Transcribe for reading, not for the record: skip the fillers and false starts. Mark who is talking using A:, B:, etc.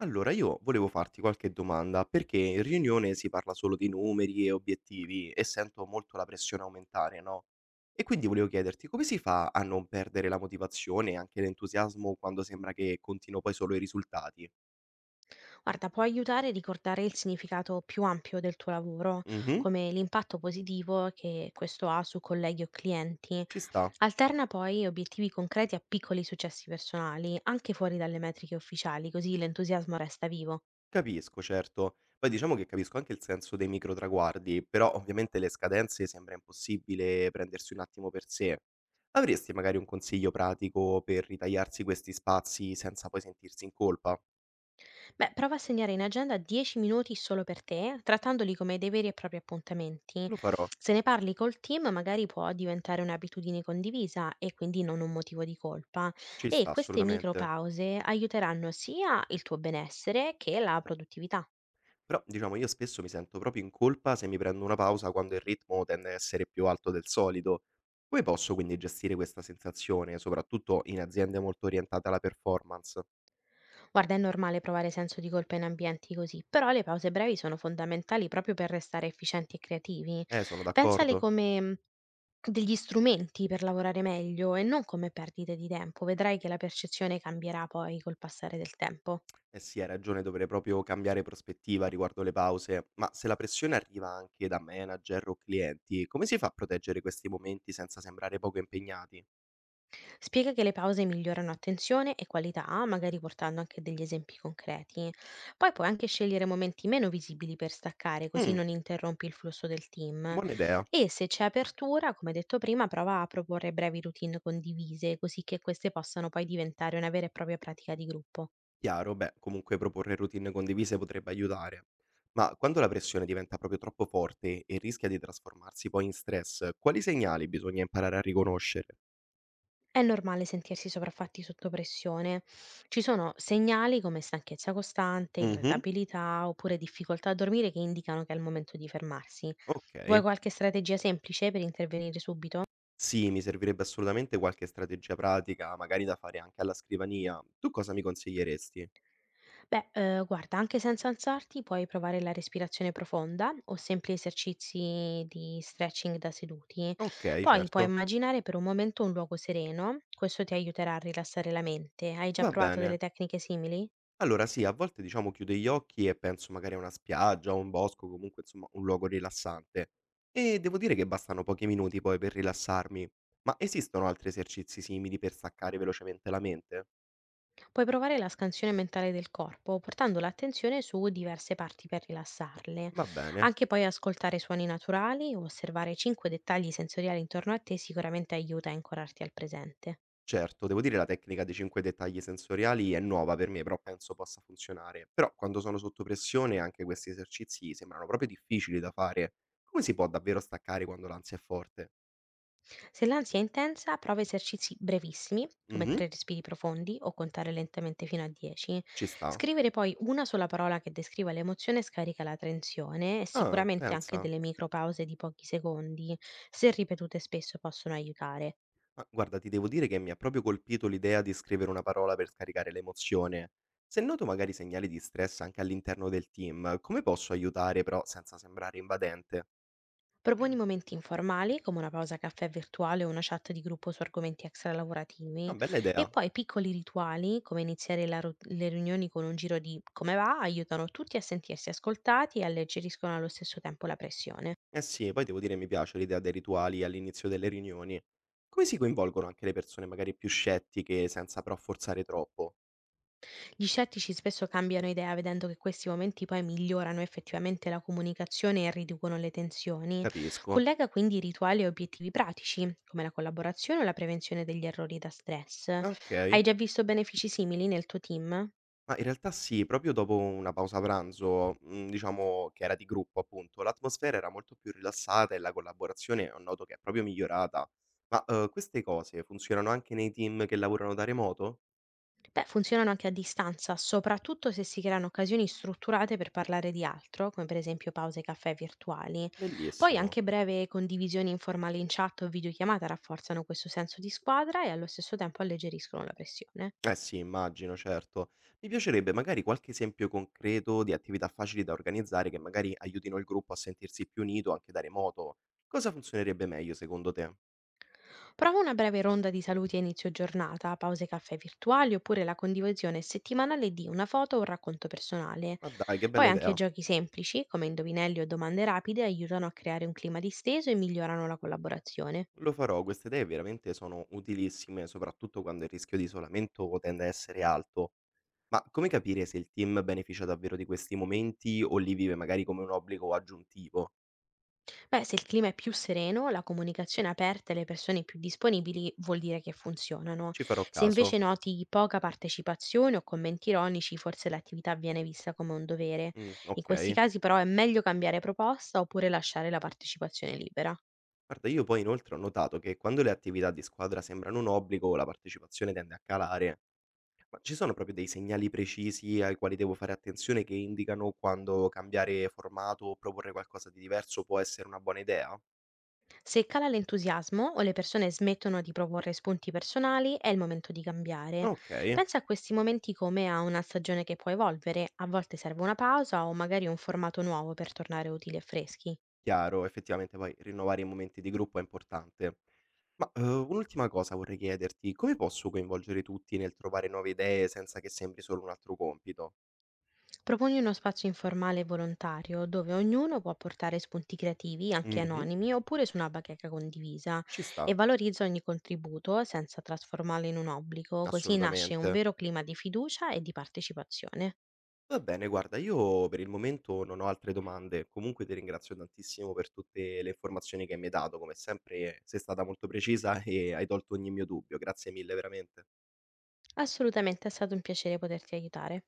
A: Allora, io volevo farti qualche domanda, perché in riunione si parla solo di numeri e obiettivi e sento molto la pressione aumentare, no? E quindi volevo chiederti come si fa a non perdere la motivazione e anche l'entusiasmo quando sembra che contino poi solo i risultati?
B: Guarda, può aiutare a ricordare il significato più ampio del tuo lavoro,
A: Mhm,
B: come l'impatto positivo che questo ha su colleghi o clienti.
A: ci sta,
B: Alterna poi obiettivi concreti a piccoli successi personali, anche fuori dalle metriche ufficiali, così l'entusiasmo resta vivo.
A: capisco, certo. Poi diciamo che capisco anche il senso dei micro traguardi, però ovviamente le scadenze sembra impossibile prendersi un attimo per sé. Avresti magari un consiglio pratico per ritagliarsi questi spazi senza poi sentirsi in colpa?
B: Beh, prova a segnare in agenda 10 minuti solo per te, trattandoli come dei veri e propri appuntamenti.
A: Lo farò,
B: Se ne parli col team, magari può diventare un'abitudine condivisa e quindi non un motivo di colpa.
A: ci
B: E
A: sta
B: queste
A: assolutamente.
B: micropause aiuteranno sia il tuo benessere che la produttività.
A: Però diciamo io spesso mi sento proprio in colpa se mi prendo una pausa quando il ritmo tende a essere più alto del solito. Come posso quindi gestire questa sensazione, soprattutto in aziende molto orientate alla performance?
B: Guarda, è normale provare senso di colpa in ambienti così, però le pause brevi sono fondamentali proprio per restare efficienti e creativi.
A: Sono
B: Pensale
A: d'accordo.
B: come degli strumenti per lavorare meglio e non come perdite di tempo, vedrai che la percezione cambierà poi col passare del tempo.
A: Eh sì, hai ragione, dovrei proprio cambiare prospettiva riguardo le pause, ma se la pressione arriva anche da manager o clienti, come si fa a proteggere questi momenti senza sembrare poco impegnati?
B: Spiega che le pause migliorano attenzione e qualità, magari portando anche degli esempi concreti. Poi puoi anche scegliere momenti meno visibili per staccare, così
A: Mm,
B: non interrompi il flusso del team.
A: buona idea.
B: E se c'è apertura, come detto prima, prova a proporre brevi routine condivise, così che queste possano poi diventare una vera e propria pratica di gruppo.
A: Chiaro, beh, comunque proporre routine condivise potrebbe aiutare, ma quando la pressione diventa proprio troppo forte e rischia di trasformarsi poi in stress, quali segnali bisogna imparare a riconoscere?
B: È normale sentirsi sopraffatti sotto pressione. Ci sono segnali come stanchezza costante,
A: Mhm.
B: irritabilità oppure difficoltà a dormire che indicano che è il momento di fermarsi.
A: Ok,
B: Vuoi qualche strategia semplice per intervenire subito?
A: sì, mi servirebbe assolutamente qualche strategia pratica, magari da fare anche alla scrivania. Tu cosa mi consiglieresti?
B: Beh, guarda, anche senza alzarti puoi provare la respirazione profonda o semplici esercizi di stretching da seduti.
A: Ok,
B: Poi puoi
A: certo,
B: immaginare per un momento un luogo sereno, questo ti aiuterà a rilassare la mente. Hai già
A: va
B: provato delle
A: bene.
B: tecniche simili?
A: Allora sì, a volte diciamo chiudo gli occhi e penso magari a una spiaggia, o un bosco, comunque insomma un luogo rilassante. E devo dire che bastano pochi minuti poi per rilassarmi. Ma esistono altri esercizi simili per staccare velocemente la mente?
B: Puoi provare la scansione mentale del corpo, portando l'attenzione su diverse parti per rilassarle.
A: Va bene.
B: Anche poi ascoltare suoni naturali o osservare 5 dettagli sensoriali intorno a te sicuramente aiuta a ancorarti al presente.
A: Certo, devo dire la tecnica dei 5 dettagli sensoriali è nuova per me, però penso possa funzionare. Però quando sono sotto pressione anche questi esercizi sembrano proprio difficili da fare. Come si può davvero staccare quando l'ansia è forte?
B: Se l'ansia è intensa, prova esercizi brevissimi, come
A: Mhm,
B: tre respiri profondi o contare lentamente fino a 10.
A: ci sta.
B: Scrivere poi una sola parola che descriva l'emozione scarica la tensione e
A: Ah,
B: sicuramente anche
A: pensa.
B: delle micropause di pochi secondi, se ripetute spesso possono aiutare.
A: Ma guarda, ti devo dire che mi ha proprio colpito l'idea di scrivere una parola per scaricare l'emozione. Se noto magari segnali di stress anche all'interno del team, come posso aiutare però senza sembrare invadente?
B: Proponi momenti informali, come una pausa caffè virtuale o una chat di gruppo su argomenti
A: Ah,
B: extralavorativi,
A: bella
B: e
A: idea.
B: poi piccoli rituali, come iniziare le riunioni con un giro di come va, aiutano tutti a sentirsi ascoltati e alleggeriscono allo stesso tempo la pressione.
A: Eh sì, poi devo dire mi piace l'idea dei rituali all'inizio delle riunioni. Come si coinvolgono anche le persone magari più scettiche senza però forzare troppo?
B: Gli scettici spesso cambiano idea vedendo che questi momenti poi migliorano effettivamente la comunicazione e riducono le tensioni.
A: Capisco.
B: Collega quindi rituali a obiettivi pratici, come la collaborazione o la prevenzione degli errori da stress. Hai
A: Ok.
B: già visto benefici simili nel tuo team?
A: Ma in realtà sì, proprio dopo una pausa pranzo, diciamo che era di gruppo appunto, l'atmosfera era molto più rilassata e la collaborazione ho noto che è proprio migliorata. Ma, queste cose funzionano anche nei team che lavorano da remoto?
B: Beh, funzionano anche a distanza, soprattutto se si creano occasioni strutturate per parlare di altro, come per esempio pause caffè virtuali. Poi
A: Bellissimo.
B: anche breve condivisioni informali in chat o videochiamata rafforzano questo senso di squadra e allo stesso tempo alleggeriscono la pressione.
A: Eh sì, immagino, certo. Mi piacerebbe magari qualche esempio concreto di attività facili da organizzare che magari aiutino il gruppo a sentirsi più unito anche da remoto. Cosa funzionerebbe meglio secondo te?
B: Prova una breve ronda di saluti a inizio giornata, pause caffè virtuali oppure la condivisione settimanale di una foto o un racconto personale.
A: Ma dai, che
B: Poi
A: bella
B: anche
A: idea.
B: giochi semplici, come indovinelli o domande rapide, aiutano a creare un clima disteso e migliorano la collaborazione.
A: Lo farò, queste idee veramente sono utilissime, soprattutto quando il rischio di isolamento tende a essere alto. Ma come capire se il team beneficia davvero di questi momenti o li vive magari come un obbligo aggiuntivo?
B: Beh, se il clima è più sereno, la comunicazione aperta e le persone più disponibili vuol dire che funzionano.
A: Ci farò
B: Se invece
A: caso?
B: noti poca partecipazione o commenti ironici, forse l'attività viene vista come un dovere.
A: Mm,
B: In questi
A: ok.
B: casi però è meglio cambiare proposta oppure lasciare la partecipazione libera.
A: Guarda, io poi inoltre ho notato che quando le attività di squadra sembrano un obbligo, la partecipazione tende a calare. Ma ci sono proprio dei segnali precisi ai quali devo fare attenzione che indicano quando cambiare formato o proporre qualcosa di diverso può essere una buona idea?
B: Se cala l'entusiasmo o le persone smettono di proporre spunti personali, è il momento di cambiare.
A: Ok.
B: Pensa a questi momenti come a una stagione che può evolvere, a volte serve una pausa o magari un formato nuovo per tornare utili e freschi.
A: Chiaro, effettivamente poi rinnovare i momenti di gruppo è importante. Ma, un'ultima cosa vorrei chiederti: come posso coinvolgere tutti nel trovare nuove idee senza che sembri solo un altro compito?
B: Proponi uno spazio informale e volontario dove ognuno può portare spunti creativi, anche
A: Mh-mh,
B: anonimi, oppure su una bacheca condivisa
A: ci
B: e
A: sta,
B: valorizza ogni contributo senza trasformarlo in un obbligo, così nasce un
A: assolutamente.
B: vero clima di fiducia e di partecipazione.
A: Va bene, guarda, io per il momento non ho altre domande. Comunque ti ringrazio tantissimo per tutte le informazioni che mi hai dato. Come sempre sei stata molto precisa e hai tolto ogni mio dubbio. Grazie mille veramente.
B: Assolutamente è stato un piacere poterti aiutare.